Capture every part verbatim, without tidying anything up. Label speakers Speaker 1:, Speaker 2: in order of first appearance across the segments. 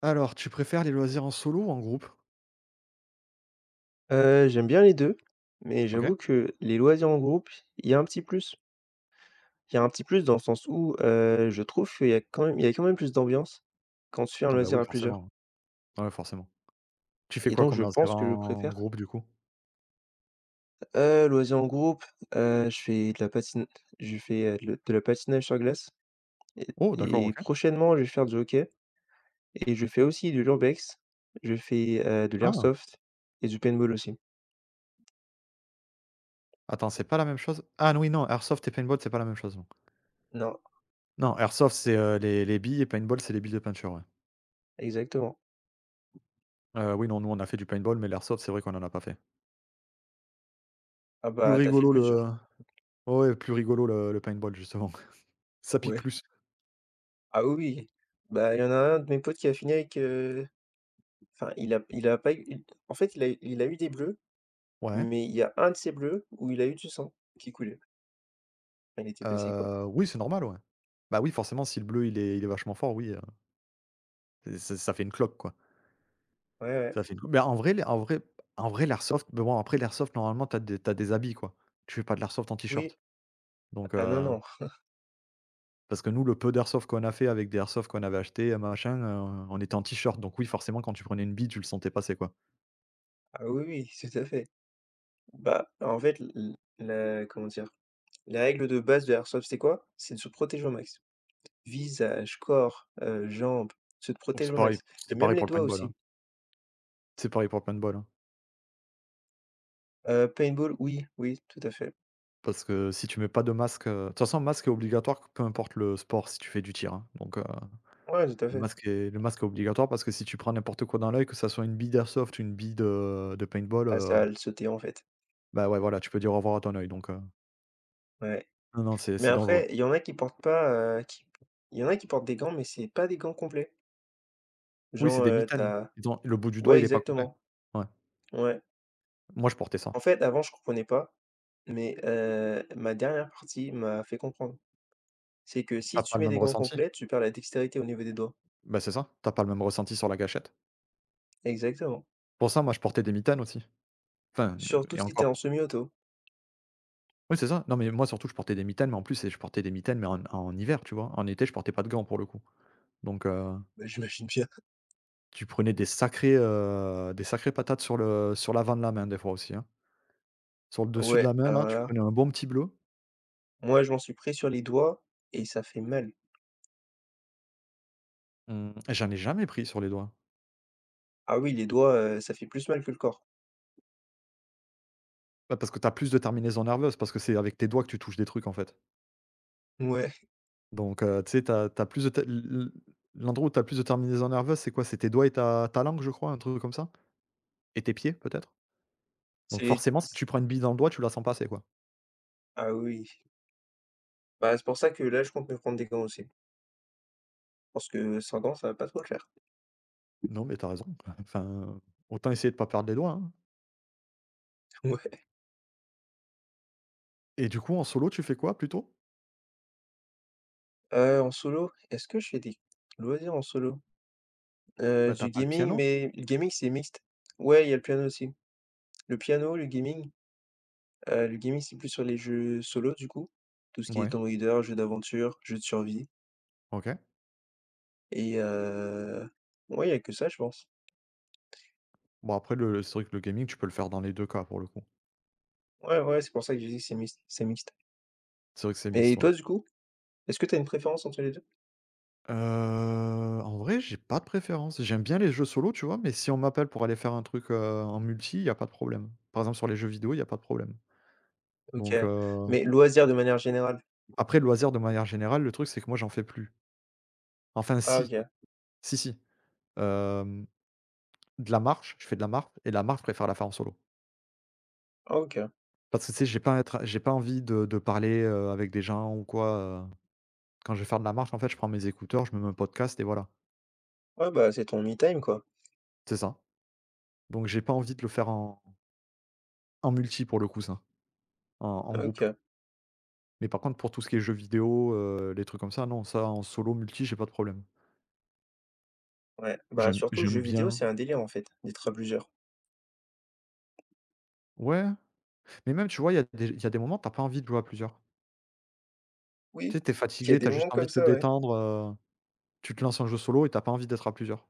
Speaker 1: Alors, tu préfères les loisirs en solo ou en groupe?
Speaker 2: Heu, j'aime bien les deux mais
Speaker 1: OK.
Speaker 2: j'avoue que les loisirs en groupe, il y a un petit plus. Il y a un petit plus dans le sens où, heu, je trouve qu'il y a quand même il y a quand même plus d'ambiance quand tu fais un
Speaker 1: Ah bah
Speaker 2: loisir
Speaker 1: oui,
Speaker 2: à plusieurs
Speaker 1: forcément. Ouais, forcément. Tu fais
Speaker 2: et
Speaker 1: quoi
Speaker 2: donc
Speaker 1: comme
Speaker 2: je
Speaker 1: loisir
Speaker 2: pense que je
Speaker 1: en
Speaker 2: préfère.
Speaker 1: groupe, du coup?
Speaker 2: Heu, loisirs en groupe, heu, je fais de la patine, je fais, heu, de de la patinage sur glace et
Speaker 1: Oh d'accord,
Speaker 2: et
Speaker 1: OK.
Speaker 2: prochainement, je vais faire du hockey et je fais aussi du l'urbex, je fais, heu, de
Speaker 1: Ah!
Speaker 2: l'airsoft et du paintball aussi.
Speaker 1: Attends, c'est pas la même chose? Ah non, oui, non, airsoft et paintball, c'est pas la même chose, non.
Speaker 2: Non,
Speaker 1: Non, airsoft, c'est, heu, les les billes et paintball, c'est les billes de peinture, ouais.
Speaker 2: exactement.
Speaker 1: Heu, oui, non, nous, on a fait du paintball, mais l'airsoft, c'est vrai qu'on en a pas fait.
Speaker 2: Ah
Speaker 1: Plus
Speaker 2: bah, t'as fait le
Speaker 1: rigolo
Speaker 2: plus dur.
Speaker 1: le Ouais, plus rigolo le le paintball, justement. Ça pique
Speaker 2: Ouais.
Speaker 1: plus.
Speaker 2: Ah oui, oui. Bah, il y en a un de mes potes qui a fini avec, heu, enfin il a il a pas eu, en fait il a il a eu des bleus,
Speaker 1: Ouais.
Speaker 2: mais il y a un de ses bleus où il a eu du sang qui coulait. Enfin, il était blessé quoi.
Speaker 1: Heu, oui, c'est normal, ouais. Bah oui, forcément, si le bleu, il est il est vachement fort, oui, heu, c'est ça fait une cloque, quoi.
Speaker 2: Ouais, ouais.
Speaker 1: Ça fait une coupe. Mais en vrai, les en vrai en vrai l'airsoft, mais bon après l'airsoft normalement tu as des tu des habits quoi. Tu fais pas de l'airsoft en
Speaker 2: Oui.
Speaker 1: t-shirt. Donc
Speaker 2: Ah non,
Speaker 1: heu,
Speaker 2: non.
Speaker 1: Parce que nous le peu d'airsoft qu'on a fait avec des airsoft qu'on avait acheté, machin, heu, on était en t-shirt. Donc oui forcément quand tu prenais une bille, tu le sentais passer quoi.
Speaker 2: Ah oui, oui, tout à fait. Bah, en fait l la comment dire? La règle de base de l'airsoft c'est quoi? C'est de se protéger au max. Visage, corps, heu, jambes, se
Speaker 1: Donc c'est
Speaker 2: protéger au
Speaker 1: pareil,
Speaker 2: max et
Speaker 1: c'était
Speaker 2: même
Speaker 1: pareil
Speaker 2: les
Speaker 1: pour le
Speaker 2: doigts
Speaker 1: paintball, hein.
Speaker 2: aussi.
Speaker 1: C'est pareil pour le paintball, hein.
Speaker 2: Heu, paintball, oui, oui, tout à fait.
Speaker 1: Parce que si tu mets pas de masque, heu de toute façon, masque est obligatoire, peu importe le sport, si tu fais du tir, hein. Donc, heu,
Speaker 2: Ouais, tout à
Speaker 1: le
Speaker 2: fait.
Speaker 1: masque est le masque est obligatoire parce que si tu prends n'importe quoi dans l'œil, que ça soit une bille d'airsoft, une bille de de paintball,
Speaker 2: Ah
Speaker 1: heu,
Speaker 2: ça a le sauté en fait.
Speaker 1: bah, ouais, voilà, tu peux dire au revoir à ton œil donc, heu,
Speaker 2: Ouais.
Speaker 1: non, non, c'est
Speaker 2: Mais
Speaker 1: c'est dangereux.
Speaker 2: après, il y en a qui portent pas, heu, qui il y en a qui portent des gants, mais c'est pas des gants complets.
Speaker 1: Oui, c'est
Speaker 2: Genre,
Speaker 1: des
Speaker 2: heu,
Speaker 1: mitaines.
Speaker 2: tu
Speaker 1: Ils ont le bout du
Speaker 2: ouais,
Speaker 1: doigt, il est pas complet.
Speaker 2: exactement,
Speaker 1: Ouais.
Speaker 2: ouais.
Speaker 1: Moi, je portais ça.
Speaker 2: En fait, avant, je comprenais pas, mais heu, ma dernière partie m'a fait comprendre. C'est que si
Speaker 1: T'as
Speaker 2: tu
Speaker 1: pas le
Speaker 2: mets des
Speaker 1: même
Speaker 2: gants
Speaker 1: ressenti.
Speaker 2: complets, tu perds la dextérité au niveau des doigts.
Speaker 1: Bah, c'est ça, t'as pas le même ressenti sur la gâchette.
Speaker 2: Exactement.
Speaker 1: Pour ça, moi, je portais des mitaines aussi. Enfin, heu,
Speaker 2: Surtout
Speaker 1: et
Speaker 2: si t'es en
Speaker 1: encore.
Speaker 2: semi-auto.
Speaker 1: Oui, c'est ça. Non, mais moi, surtout, je portais des mitaines, mais en plus, c'est je portais des mitaines, mais en en hiver, tu vois? En été, je portais pas de gants pour le coup. Donc heu,
Speaker 2: Bah, j'imagine bien.
Speaker 1: Tu prenais des sacrées, heu, des sacrées patates sur le sur l'avant de la main des fois aussi, hein. Sur le dessus de
Speaker 2: Ouais,
Speaker 1: la main
Speaker 2: alors
Speaker 1: là, tu
Speaker 2: là,
Speaker 1: prenais un bon petit bleu.
Speaker 2: moi, je m'en suis pris sur les doigts et ça fait mal.
Speaker 1: Mmh, j'en ai jamais pris sur les doigts.
Speaker 2: Ah oui, les doigts, heu, ça fait plus mal que le corps.
Speaker 1: Bah, parce que tu as plus de terminaisons nerveuses, parce que c'est avec tes doigts que tu touches des trucs en fait.
Speaker 2: Ouais,
Speaker 1: Donc heu, tu sais, t'as t'as plus de te l l l'endroit où tu as plus de terminaisons nerveuses, c'est quoi? C'est tes doigts et ta ta langue je crois, un truc comme ça? Et tes pieds peut-être?
Speaker 2: c'est
Speaker 1: Donc
Speaker 2: les
Speaker 1: forcément si tu prends une bille dans le doigt, tu la sens passer quoi.
Speaker 2: ah oui. Bah, c'est pour ça que là, je compte me prendre des gants aussi. Pense que cinq ans, ça va pas trop le faire.
Speaker 1: Non mais t'as raison. Enfin, autant essayer de pas perdre les doigts, hein. Et du coup en solo tu fais quoi plutôt?
Speaker 2: Ouais. Heu, en solo, est-ce que je fais des loisirs en solo? Heu,
Speaker 1: Bah, t'as
Speaker 2: du
Speaker 1: pas le
Speaker 2: gaming,
Speaker 1: piano?
Speaker 2: mais le gaming, c'est mixte. Ouais, il y a le piano aussi. Le piano, le gaming, heu, le gaming, c'est plus sur les jeux solo, du coup. Tout ce qui est
Speaker 1: Ouais.
Speaker 2: Tomb Raider, jeux d'aventure, jeux de survie
Speaker 1: OK.
Speaker 2: et heu, ouais, il y a que ça, je pense.
Speaker 1: Bon après le c'est vrai que le gaming, tu peux le faire dans les deux cas pour le coup.
Speaker 2: Ouais, ouais, c'est pour ça que j'ai dit que c'est mixte c'est mixte.
Speaker 1: C'est vrai que c'est mixte,
Speaker 2: Et
Speaker 1: ouais.
Speaker 2: toi, du coup, est-ce que tu as une préférence entre les deux?
Speaker 1: Heu, En vrai, j'ai pas de préférence. J'aime bien les jeux solo, tu vois? Mais si on m'appelle pour aller faire un truc, heu, en multi, il y a pas de problème. Par exemple sur les jeux vidéo, il y a pas de problème.
Speaker 2: OK,
Speaker 1: Donc heu,
Speaker 2: mais loisirs de manière générale?
Speaker 1: Après le loisir de manière générale, le truc c'est que moi j'en fais plus. Enfin
Speaker 2: Ah OK.
Speaker 1: si, si, si. Hem, de la marche, je fais de la marche et la marche, je préfère la faire en solo.
Speaker 2: Ah, OK.
Speaker 1: Parce que tu sais, j'ai pas être j'ai pas envie de de parler, heu, avec des gens ou quoi, heu. Quand je vais faire de la marche, en fait, je prends mes écouteurs, je me mets un podcast et voilà.
Speaker 2: Ouais, bah, c'est ton me time, quoi.
Speaker 1: C'est ça. Donc j'ai pas envie de le faire en en multi pour le coup ça, en en groupe.
Speaker 2: OK.
Speaker 1: Mais par contre pour tout ce qui est jeux vidéo, heu, les trucs comme ça, non, ça en solo, multi, j'ai pas de problème.
Speaker 2: Ouais, bah,
Speaker 1: J'aime
Speaker 2: surtout le jeu
Speaker 1: j'aime
Speaker 2: vidéo,
Speaker 1: bien
Speaker 2: c'est un délire, en fait, d'être à plusieurs.
Speaker 1: ouais, mais même tu vois, il y a des il y a des moments t'as pas envie de jouer à plusieurs.
Speaker 2: Oui,
Speaker 1: Tu sais, tu
Speaker 2: il y a
Speaker 1: fatigué,
Speaker 2: des
Speaker 1: t'as juste
Speaker 2: moments
Speaker 1: envie
Speaker 2: comme
Speaker 1: de te
Speaker 2: ça, ouais.
Speaker 1: détendre, heu, tu te lances un jeu solo et t'as pas envie d'être à plusieurs.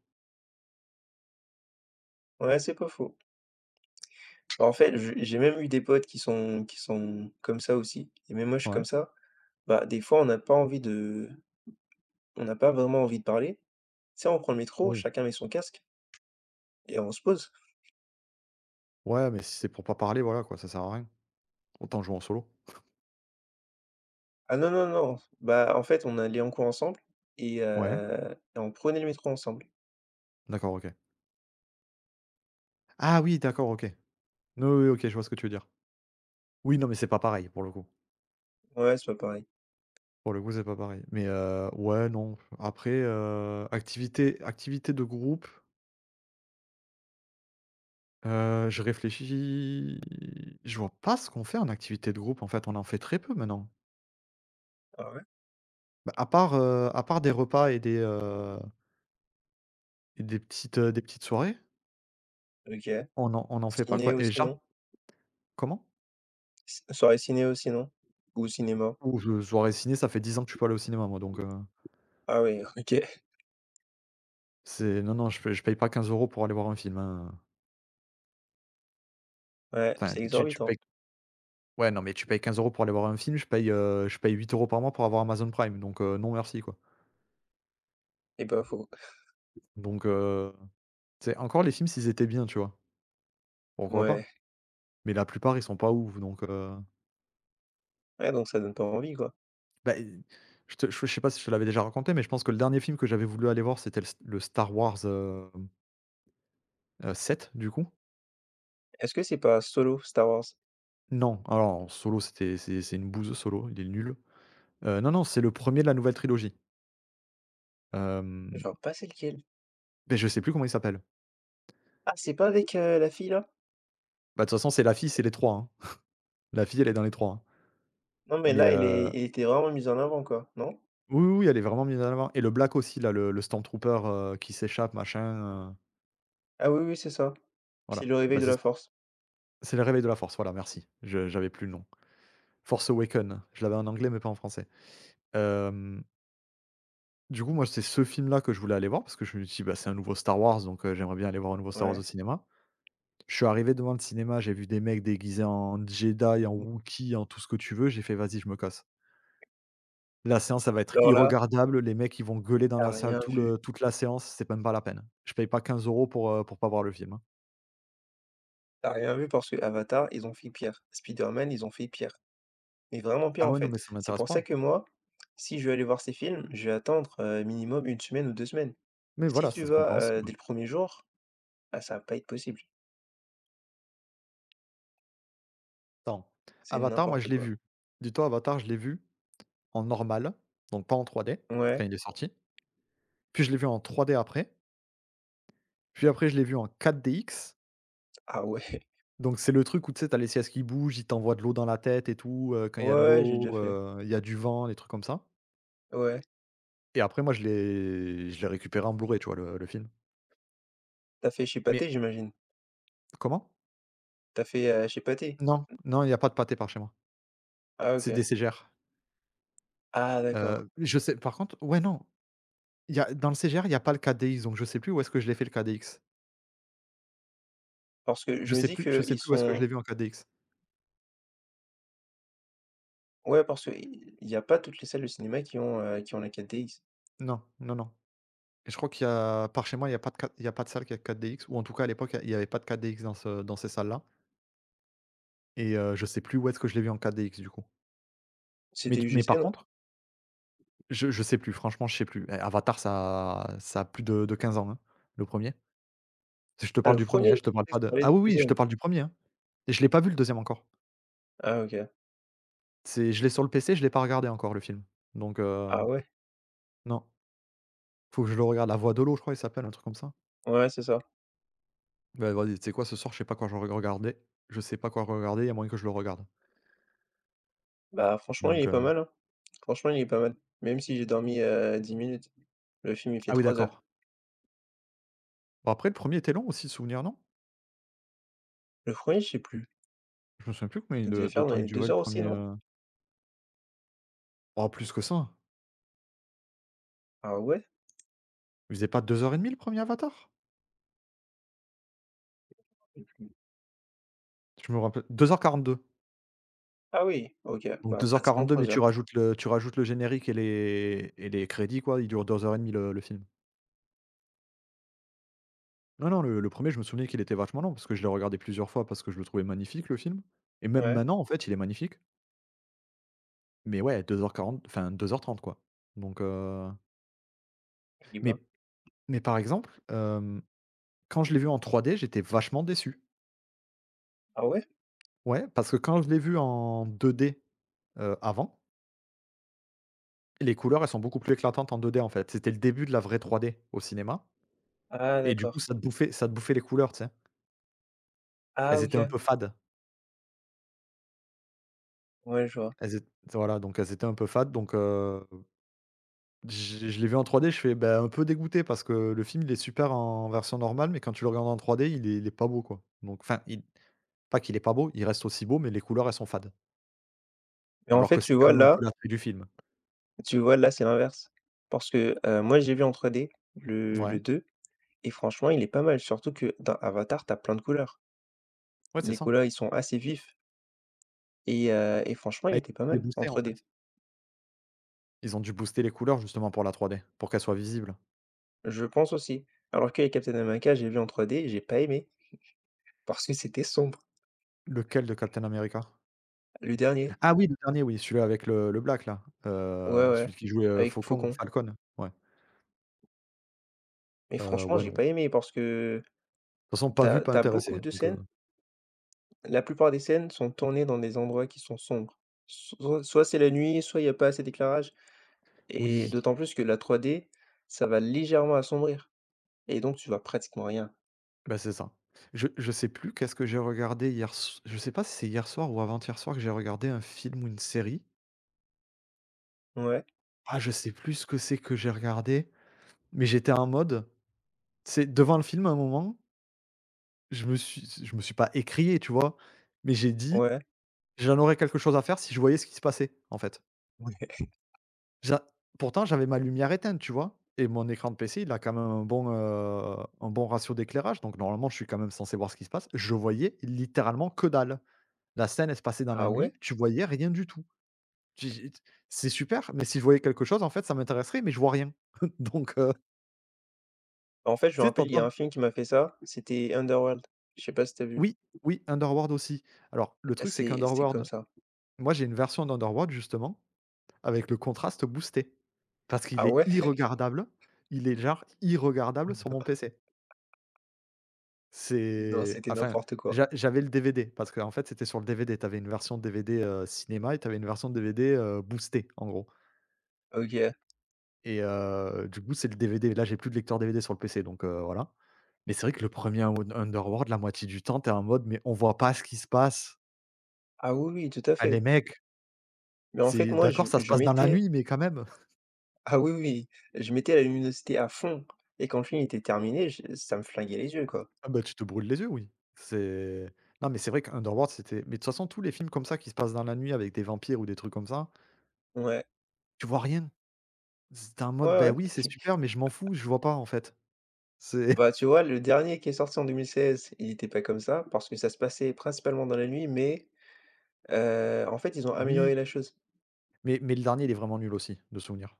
Speaker 2: Ouais, c'est pas faux. Bah, en fait, je j'ai même eu des potes qui sont qui sont comme ça aussi, et même moi, je suis comme
Speaker 1: Ouais.
Speaker 2: ça. Bah, des fois, on n'a pas envie de on n'a pas vraiment envie de parler. Tu sais, on prend le métro,
Speaker 1: Oui.
Speaker 2: chacun met son casque et on se pose.
Speaker 1: Ouais, mais si c'est pour pas parler, voilà quoi, ça sert à rien. Autant jouer en solo.
Speaker 2: Ah non, non, non, bah, en fait, on allait en cours ensemble et,
Speaker 1: Ouais.
Speaker 2: heu, et on prenait le métro ensemble.
Speaker 1: D'accord, OK. Ah oui, d'accord, OK. non Oui, OK, je vois ce que tu veux dire. Oui, non, mais c'est pas pareil pour le coup.
Speaker 2: Ouais, c'est pas pareil.
Speaker 1: Pour le coup, c'est pas pareil. Mais heu, ouais, non. Après, heu, activité activité de groupe, heu, je réfléchis, je vois pas ce qu'on fait en activité de groupe, en fait. On en fait très peu maintenant.
Speaker 2: Ah ouais?
Speaker 1: Bah, à part, heu, à part des repas et des, heu, et des petites, heu, des petites soirées,
Speaker 2: OK.
Speaker 1: on n'en on en fait pas, quoi.
Speaker 2: Ciné
Speaker 1: Et
Speaker 2: aussi,
Speaker 1: genre.
Speaker 2: non?
Speaker 1: Comment?
Speaker 2: C Soirée ciné aussi, non? Ou cinéma?
Speaker 1: Ou je Soirée ciné, ça fait dix ans que je suis pas allé au cinéma moi, donc heu,
Speaker 2: Ah ouais, OK.
Speaker 1: c'est non, non, je paye je paye pas quinze euros pour aller voir un film, hein.
Speaker 2: Ouais,
Speaker 1: Enfin,
Speaker 2: c'est
Speaker 1: tu tu
Speaker 2: exorbitant.
Speaker 1: payes Ouais, non, mais tu payes quinze euros pour aller voir un film, je paye, heu, je paye huit euros par mois pour avoir Amazon Prime, donc heu, non merci, quoi.
Speaker 2: Et pas faux.
Speaker 1: Donc heu, Tu encore les films s'ils étaient bien, tu vois? Pourquoi
Speaker 2: Ouais.
Speaker 1: pas? Mais la plupart, ils sont pas ouf, donc heu,
Speaker 2: Ouais, donc ça donne pas envie, quoi.
Speaker 1: bah, i je te je je sais pas si je te l'avais déjà raconté, mais je pense que le dernier film que j'avais voulu aller voir, c'était le s le Star Wars, hem, heu, sept, du coup.
Speaker 2: Est-ce que c'est pas Solo, Star Wars?
Speaker 1: Non, alors Solo, c'était c'est c'est une bouse, Solo, il est nul. Heu, non, non, c'est le premier de la nouvelle trilogie. Hem,
Speaker 2: Genre pas celle qui est,
Speaker 1: mais je sais plus comment il s'appelle.
Speaker 2: ah, c'est pas avec, heu, la fille, là?
Speaker 1: Bah, de toute façon, c'est la fille, c'est les trois. hein. La fille, elle est dans les trois. hein.
Speaker 2: Non, mais
Speaker 1: Mais
Speaker 2: là, elle
Speaker 1: euh,
Speaker 2: est elle était vraiment mise en avant, quoi, non?
Speaker 1: Oui, oui, oui, elle est vraiment mise en avant et le Black aussi là, le le Stormtrooper, heu, qui s'échappe machin, heu,
Speaker 2: Ah oui, oui, c'est ça. C'est
Speaker 1: voilà.
Speaker 2: Le
Speaker 1: Bah,
Speaker 2: Réveil de
Speaker 1: c'est
Speaker 2: la Force.
Speaker 1: c'est Le Réveil de la Force, voilà merci, je j'avais plus le nom. Force Awakens, je l'avais en anglais mais pas en français. Hem, du coup moi c'est ce film là que je voulais aller voir parce que je me suis dit: «Bah, c'est un nouveau Star Wars donc heu, j'aimerais bien aller voir un nouveau Star Wars
Speaker 2: Ouais.
Speaker 1: au cinéma». Je suis arrivé devant le cinéma, j'ai vu des mecs déguisés en Jedi, en Wookiee, en tout ce que tu veux, j'ai fait: «Vas-y je me casse». La séance, ça va être
Speaker 2: Alors là,
Speaker 1: irregardable, les mecs, ils vont gueuler dans
Speaker 2: t'as
Speaker 1: la salle
Speaker 2: rien
Speaker 1: tout
Speaker 2: vu.
Speaker 1: le toute la séance, c'est même pas la peine. Je paye pas quinze euros pour, heu, pour pas voir le film, hein.
Speaker 2: T'as rien vu parce que Avatar ils ont fait pire. Spider-Man, ils ont fait pire. Mais vraiment pire,
Speaker 1: Ah
Speaker 2: en
Speaker 1: ouais, non,
Speaker 2: fait.
Speaker 1: mais ça
Speaker 2: C'est
Speaker 1: m'intéresse
Speaker 2: pour ça
Speaker 1: pas.
Speaker 2: que moi, si je veux aller voir ces films, je vais attendre, heu, minimum une semaine ou deux semaines.
Speaker 1: Mais
Speaker 2: Si
Speaker 1: voilà,
Speaker 2: tu
Speaker 1: ça c'est
Speaker 2: vas, heu,
Speaker 1: compréhensible.
Speaker 2: dès le premier jour, ah, ça va pas être possible.
Speaker 1: Attends,
Speaker 2: C'est
Speaker 1: Avatar, moi
Speaker 2: n'importe
Speaker 1: je l'ai
Speaker 2: quoi.
Speaker 1: vu. Dis-toi Avatar, je l'ai vu en normal, donc pas en trois D, quand
Speaker 2: Ouais.
Speaker 1: il est sorti. Puis je l'ai vu en trois D après. Puis après, je l'ai vu en quatre D X.
Speaker 2: Ah ouais.
Speaker 1: Donc c'est le truc où, tu sais, t'as les sièges qui bougent, ils t'envoient de l'eau dans la tête et tout, heu, quand
Speaker 2: Ouais,
Speaker 1: il y a de
Speaker 2: ouais, j'ai déjà
Speaker 1: l'eau,
Speaker 2: fait.
Speaker 1: heu, il y a du vent, des trucs comme ça.
Speaker 2: Ouais.
Speaker 1: Et après, moi, je l'ai je l'ai récupéré en Blu-ray, tu vois, le le film.
Speaker 2: T'as fait chez
Speaker 1: Mais
Speaker 2: Pathé, j'imagine?
Speaker 1: comment?
Speaker 2: T'as fait, heu, chez Pathé?
Speaker 1: Non, non, il y a pas de pâté par chez moi.
Speaker 2: Ah
Speaker 1: C'est
Speaker 2: OK.
Speaker 1: des C G R.
Speaker 2: Ah d'accord.
Speaker 1: Heu, je sais par contre ouais, non, il y a dans le C G R, il y a pas le K D X, donc je sais plus où est-ce que je l'ai fait le K D X.
Speaker 2: Parce que je
Speaker 1: Je
Speaker 2: me
Speaker 1: sais
Speaker 2: dis
Speaker 1: plus
Speaker 2: que
Speaker 1: je sais
Speaker 2: ils
Speaker 1: plus où est-ce que je
Speaker 2: sont
Speaker 1: l'ai vu en K D X.
Speaker 2: ouais, parce que il y a pas toutes les salles de cinéma qui ont, heu, qui ont la quatre D X.
Speaker 1: Non, non, non et je crois qu'il y a par chez moi, il y a pas de K il y a pas de salle qui a K D X ou en tout cas à l'époque, il y avait pas de K D X dans ce dans ces salles-là et heu, je sais plus où est-ce que je l'ai vu en K D X du coup. Mais
Speaker 2: C'était
Speaker 1: du mais
Speaker 2: U G C,
Speaker 1: par
Speaker 2: non?
Speaker 1: contre, je je sais plus, franchement, je sais plus. Eh, Avatar, ça a ça a plus de de quinze ans, hein, le premier. Je te
Speaker 2: Ah
Speaker 1: parle
Speaker 2: le
Speaker 1: du
Speaker 2: premier.
Speaker 1: premier, hein,
Speaker 2: Je
Speaker 1: je te
Speaker 2: pensais
Speaker 1: parle
Speaker 2: que
Speaker 1: pas
Speaker 2: tu
Speaker 1: de
Speaker 2: parlais du
Speaker 1: ah oui, oui, je
Speaker 2: deux.
Speaker 1: te parle du premier, hein et je l'ai pas vu le deuxième encore.
Speaker 2: Ah OK.
Speaker 1: C'est je l'ai sur le P C, je l'ai pas regardé encore le film, donc heu,
Speaker 2: Ah ouais.
Speaker 1: non, faut que je le regarde. La voix de l'eau, je crois, il s'appelle, un truc comme ça.
Speaker 2: Ouais, c'est ça.
Speaker 1: Bah, vas-y, tu sais quoi? Ce soir, je sais pas quoi je vais regarder je sais pas quoi regarder, il y a moyen que je le regarde,
Speaker 2: Bah, franchement, il
Speaker 1: donc
Speaker 2: est pas
Speaker 1: heu
Speaker 2: mal, hein. Franchement, il est pas mal. Même si j'ai dormi, heu, dix minutes. Le film, il fait
Speaker 1: ah oui,
Speaker 2: trois heures.
Speaker 1: d'accord. Bon après, le premier était long aussi de souvenir, non?
Speaker 2: Le premier je sais plus,
Speaker 1: Je me souviens plus combien
Speaker 2: il devait
Speaker 1: de de
Speaker 2: faire dans
Speaker 1: temps il
Speaker 2: les
Speaker 1: durait
Speaker 2: deux
Speaker 1: le
Speaker 2: heures aussi,
Speaker 1: premier.
Speaker 2: non?
Speaker 1: Er Oh, plus que ça.
Speaker 2: Ah ouais?
Speaker 1: Il faisait pas deux heures et demie le premier Avatar?
Speaker 2: Je sais plus.
Speaker 1: Je me rappelle deux heures quarante deux.
Speaker 2: Ah oui, OK,
Speaker 1: Donc
Speaker 2: bah,
Speaker 1: deux heures
Speaker 2: pratiquement
Speaker 1: quarante deux mais
Speaker 2: trois
Speaker 1: tu
Speaker 2: heures.
Speaker 1: rajoutes le tu rajoutes le générique et les et les crédits, quoi, il dure deux heures et demie le le film. Non, non, le le un, je me souvenais qu'il était vachement long parce que je l'ai regardé plusieurs fois parce que je le trouvais magnifique le film, et même
Speaker 2: Ouais,
Speaker 1: maintenant, en fait, il est magnifique, mais ouais, deux heures quarante enfin deux heures trente quoi. donc heu,
Speaker 2: eh ben.
Speaker 1: mais mais par exemple, hem, quand je l'ai vu en trois d, j'étais vachement déçu.
Speaker 2: Ah ouais?
Speaker 1: Ouais, parce que quand je l'ai vu en deux d heu, avant, les couleurs, elles sont beaucoup plus éclatantes en deux d, en fait. C'était le début de la vraie trois d au cinéma,
Speaker 2: Ah
Speaker 1: et du coup,
Speaker 2: d'accord.
Speaker 1: ça te bouffait ça te bouffait les couleurs, tu sais?
Speaker 2: Ah
Speaker 1: Elles étaient un
Speaker 2: OK.
Speaker 1: peu fades.
Speaker 2: Ouais, je vois.
Speaker 1: Elles ét Voilà, donc elles étaient un peu fades. donc heu Je je l'ai vu en trois D, je fais, bah, un peu dégoûté, parce que le film, il est super en version normale, mais quand tu le regardes en trois D, il est il est pas beau, quoi. Donc enfin, il pas qu'il est pas beau, il reste aussi beau, mais les couleurs, elles sont fades.
Speaker 2: Mais en
Speaker 1: Alors
Speaker 2: fait,
Speaker 1: que
Speaker 2: tu
Speaker 1: c'est quand
Speaker 2: vois
Speaker 1: même un peu
Speaker 2: là
Speaker 1: l'attrait du film.
Speaker 2: Tu vois là, c'est l'inverse. Parce que, heu, moi, j'ai vu en trois D le
Speaker 1: Ouais,
Speaker 2: le deux et franchement, il est pas mal. Surtout que dans Avatar, t'as plein de couleurs.
Speaker 1: ouais, c'est
Speaker 2: Les
Speaker 1: ça.
Speaker 2: couleurs, ils sont assez vifs et heu et franchement, il
Speaker 1: Bah, ils
Speaker 2: était pas
Speaker 1: ont dû les
Speaker 2: mal en
Speaker 1: booster, en fait.
Speaker 2: trois D.
Speaker 1: Ils ont dû booster les couleurs justement pour la trois D, pour qu'elles soient visibles.
Speaker 2: Je pense aussi. Alors que les Captain America, j'ai vu en trois D, j'ai pas aimé, parce que c'était sombre,
Speaker 1: Lequel de Captain America?
Speaker 2: le dernier.
Speaker 1: Ah oui, le dernier, oui, celui-là avec le le black, là, heu,
Speaker 2: Ouais, ouais,
Speaker 1: celui qui jouait, heu,
Speaker 2: avec
Speaker 1: Faucon,
Speaker 2: Faucon.
Speaker 1: Falcon, ouais.
Speaker 2: Mais
Speaker 1: Heu,
Speaker 2: franchement,
Speaker 1: ouais,
Speaker 2: j'ai
Speaker 1: non.
Speaker 2: pas aimé parce que
Speaker 1: De toute façon, pas vu,
Speaker 2: t'as
Speaker 1: pas
Speaker 2: as beaucoup
Speaker 1: intéressé,
Speaker 2: de
Speaker 1: donc heu,
Speaker 2: scènes. La plupart des scènes sont tournées dans des endroits qui sont sombres. Soit soit c'est la nuit, soit il y a pas assez d'éclairage. Et
Speaker 1: oui.
Speaker 2: d'autant plus que la trois D, ça va légèrement assombrir. Et donc tu vois pratiquement rien.
Speaker 1: Bah, c'est ça. Je je sais plus qu'est-ce que j'ai regardé hier. S Je sais pas si c'est hier soir ou avant-hier soir que j'ai regardé un film ou une série.
Speaker 2: Ouais,
Speaker 1: Ah, je sais plus ce que c'est que j'ai regardé, mais j'étais en mode, c'est devant le film à un moment, je me suis je me suis pas écrié, tu vois? Mais j'ai dit:
Speaker 2: ouais.
Speaker 1: «J'en aurais quelque chose à faire si je voyais ce qui se passait», en fait.
Speaker 2: Ouais.
Speaker 1: J'a Pourtant, j'avais ma lumière éteinte, tu vois? Et mon écran de P C, il a quand même un bon, heu, un bon ratio d'éclairage, donc normalement, je suis quand même censé voir ce qui se passe. Je voyais littéralement que dalle. La scène, elle se passait dans la
Speaker 2: Ah ouais?
Speaker 1: nuit, tu voyais rien du tout. Tu dis, c'est super, mais si je voyais quelque chose, en fait, ça m'intéresserait, mais je vois rien. Donc heu,
Speaker 2: En fait, je me
Speaker 1: tu sais, tu
Speaker 2: rappelle, il y a un film qui m'a fait ça, c'était Underworld. Je sais pas si t'as vu.
Speaker 1: oui, oui, Underworld aussi. Alors le truc, c'est
Speaker 2: C'est c'est comme
Speaker 1: qu'Underworld,
Speaker 2: ça.
Speaker 1: moi, j'ai une version d'Underworld, justement, avec le contraste boosté. Parce
Speaker 2: Ah
Speaker 1: qu'il est
Speaker 2: ouais?
Speaker 1: irregardable, il est genre irregardable sur mon P C.
Speaker 2: Non,
Speaker 1: C'est
Speaker 2: c'était
Speaker 1: enfin,
Speaker 2: n'importe quoi.
Speaker 1: j'a j'avais le D V D parce qu'en fait, c'était sur le D V D. Tu avais une version D V D, heu, cinéma, et tu avais une version D V D, heu, boostée, en gros,
Speaker 2: OK.
Speaker 1: et heu, du coup, c'est le D V D. Là, j'ai plus de lecteur D V D sur le P C, donc heu, voilà. Mais c'est vrai que le premier er Underworld, la moitié du temps, t'es en mode: «Mais on voit pas ce qui se passe».
Speaker 2: Ah oui, oui, tout à
Speaker 1: Ah les
Speaker 2: fait.
Speaker 1: mecs,
Speaker 2: Mais en fait,
Speaker 1: c'est
Speaker 2: moi, je
Speaker 1: d'accord, ça se
Speaker 2: je
Speaker 1: passe dans la
Speaker 2: mettais
Speaker 1: nuit, mais quand même.
Speaker 2: ah oui, oui, je mettais la luminosité à fond et quand le film était terminé, je ça me flinguait les yeux, quoi.
Speaker 1: Ah bah, tu te brûles les yeux, oui. C'est Non, mais c'est vrai qu'Underworld, c'était mais de toute façon, tous les films comme ça qui se passent dans la nuit avec des vampires ou des trucs comme ça,
Speaker 2: Ouais,
Speaker 1: tu vois rien. C'était en mode:
Speaker 2: ouais,
Speaker 1: «Bah,
Speaker 2: ouais.
Speaker 1: oui, c'est super, mais je m'en fous, je vois pas, en fait». C'est
Speaker 2: Bah, tu vois, le dernier qui est sorti en deux mille seize, il était pas comme ça parce que ça se passait principalement dans la nuit, mais heu, en fait, ils ont amélioré
Speaker 1: Oui,
Speaker 2: la chose.
Speaker 1: mais mais le dernier, il est vraiment nul aussi, de souvenir.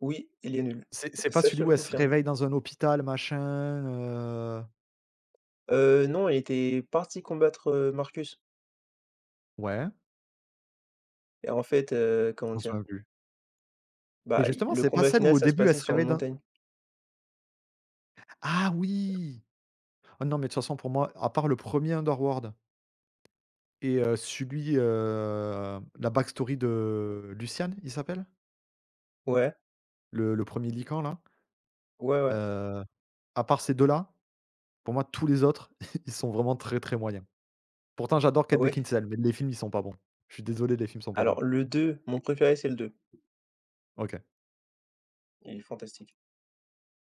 Speaker 2: Oui, il est nul.
Speaker 1: C'est c'est pas
Speaker 2: Ça, je te
Speaker 1: celui
Speaker 2: le
Speaker 1: où elle se
Speaker 2: confirme.
Speaker 1: réveille dans un hôpital, machin, heu?
Speaker 2: Heu, non, il était parti combattre, heu, Marcus
Speaker 1: Ouais, je
Speaker 2: et en fait, heu, comment
Speaker 1: m'en
Speaker 2: dire?
Speaker 1: souviens plus. Mais
Speaker 2: Bah,
Speaker 1: justement,
Speaker 2: le
Speaker 1: c'est pas
Speaker 2: combat
Speaker 1: celle
Speaker 2: final,
Speaker 1: où au
Speaker 2: ça se
Speaker 1: début, elle
Speaker 2: passait
Speaker 1: se
Speaker 2: sur une
Speaker 1: réveille dans,
Speaker 2: montagne.
Speaker 1: ah oui! Oh non, mais de toute façon, pour moi, à part le premier Underworld et heu, celui, heu, la backstory de Lucian, il s'appelle?
Speaker 2: Ouais,
Speaker 1: Le le premier er Lycan là,
Speaker 2: ouais, ouais.
Speaker 1: heu, à part ces deux là, pour moi, tous les autres, ils sont vraiment très, très moyens. Pourtant, j'adore
Speaker 2: Ah
Speaker 1: Kate
Speaker 2: ouais?
Speaker 1: Beckinsale, mais les films, ils sont pas bons. Je suis désolé, les films sont pas bons.
Speaker 2: Alors le deux, mon préféré, c'est le deux.
Speaker 1: OK.
Speaker 2: Il est fantastique.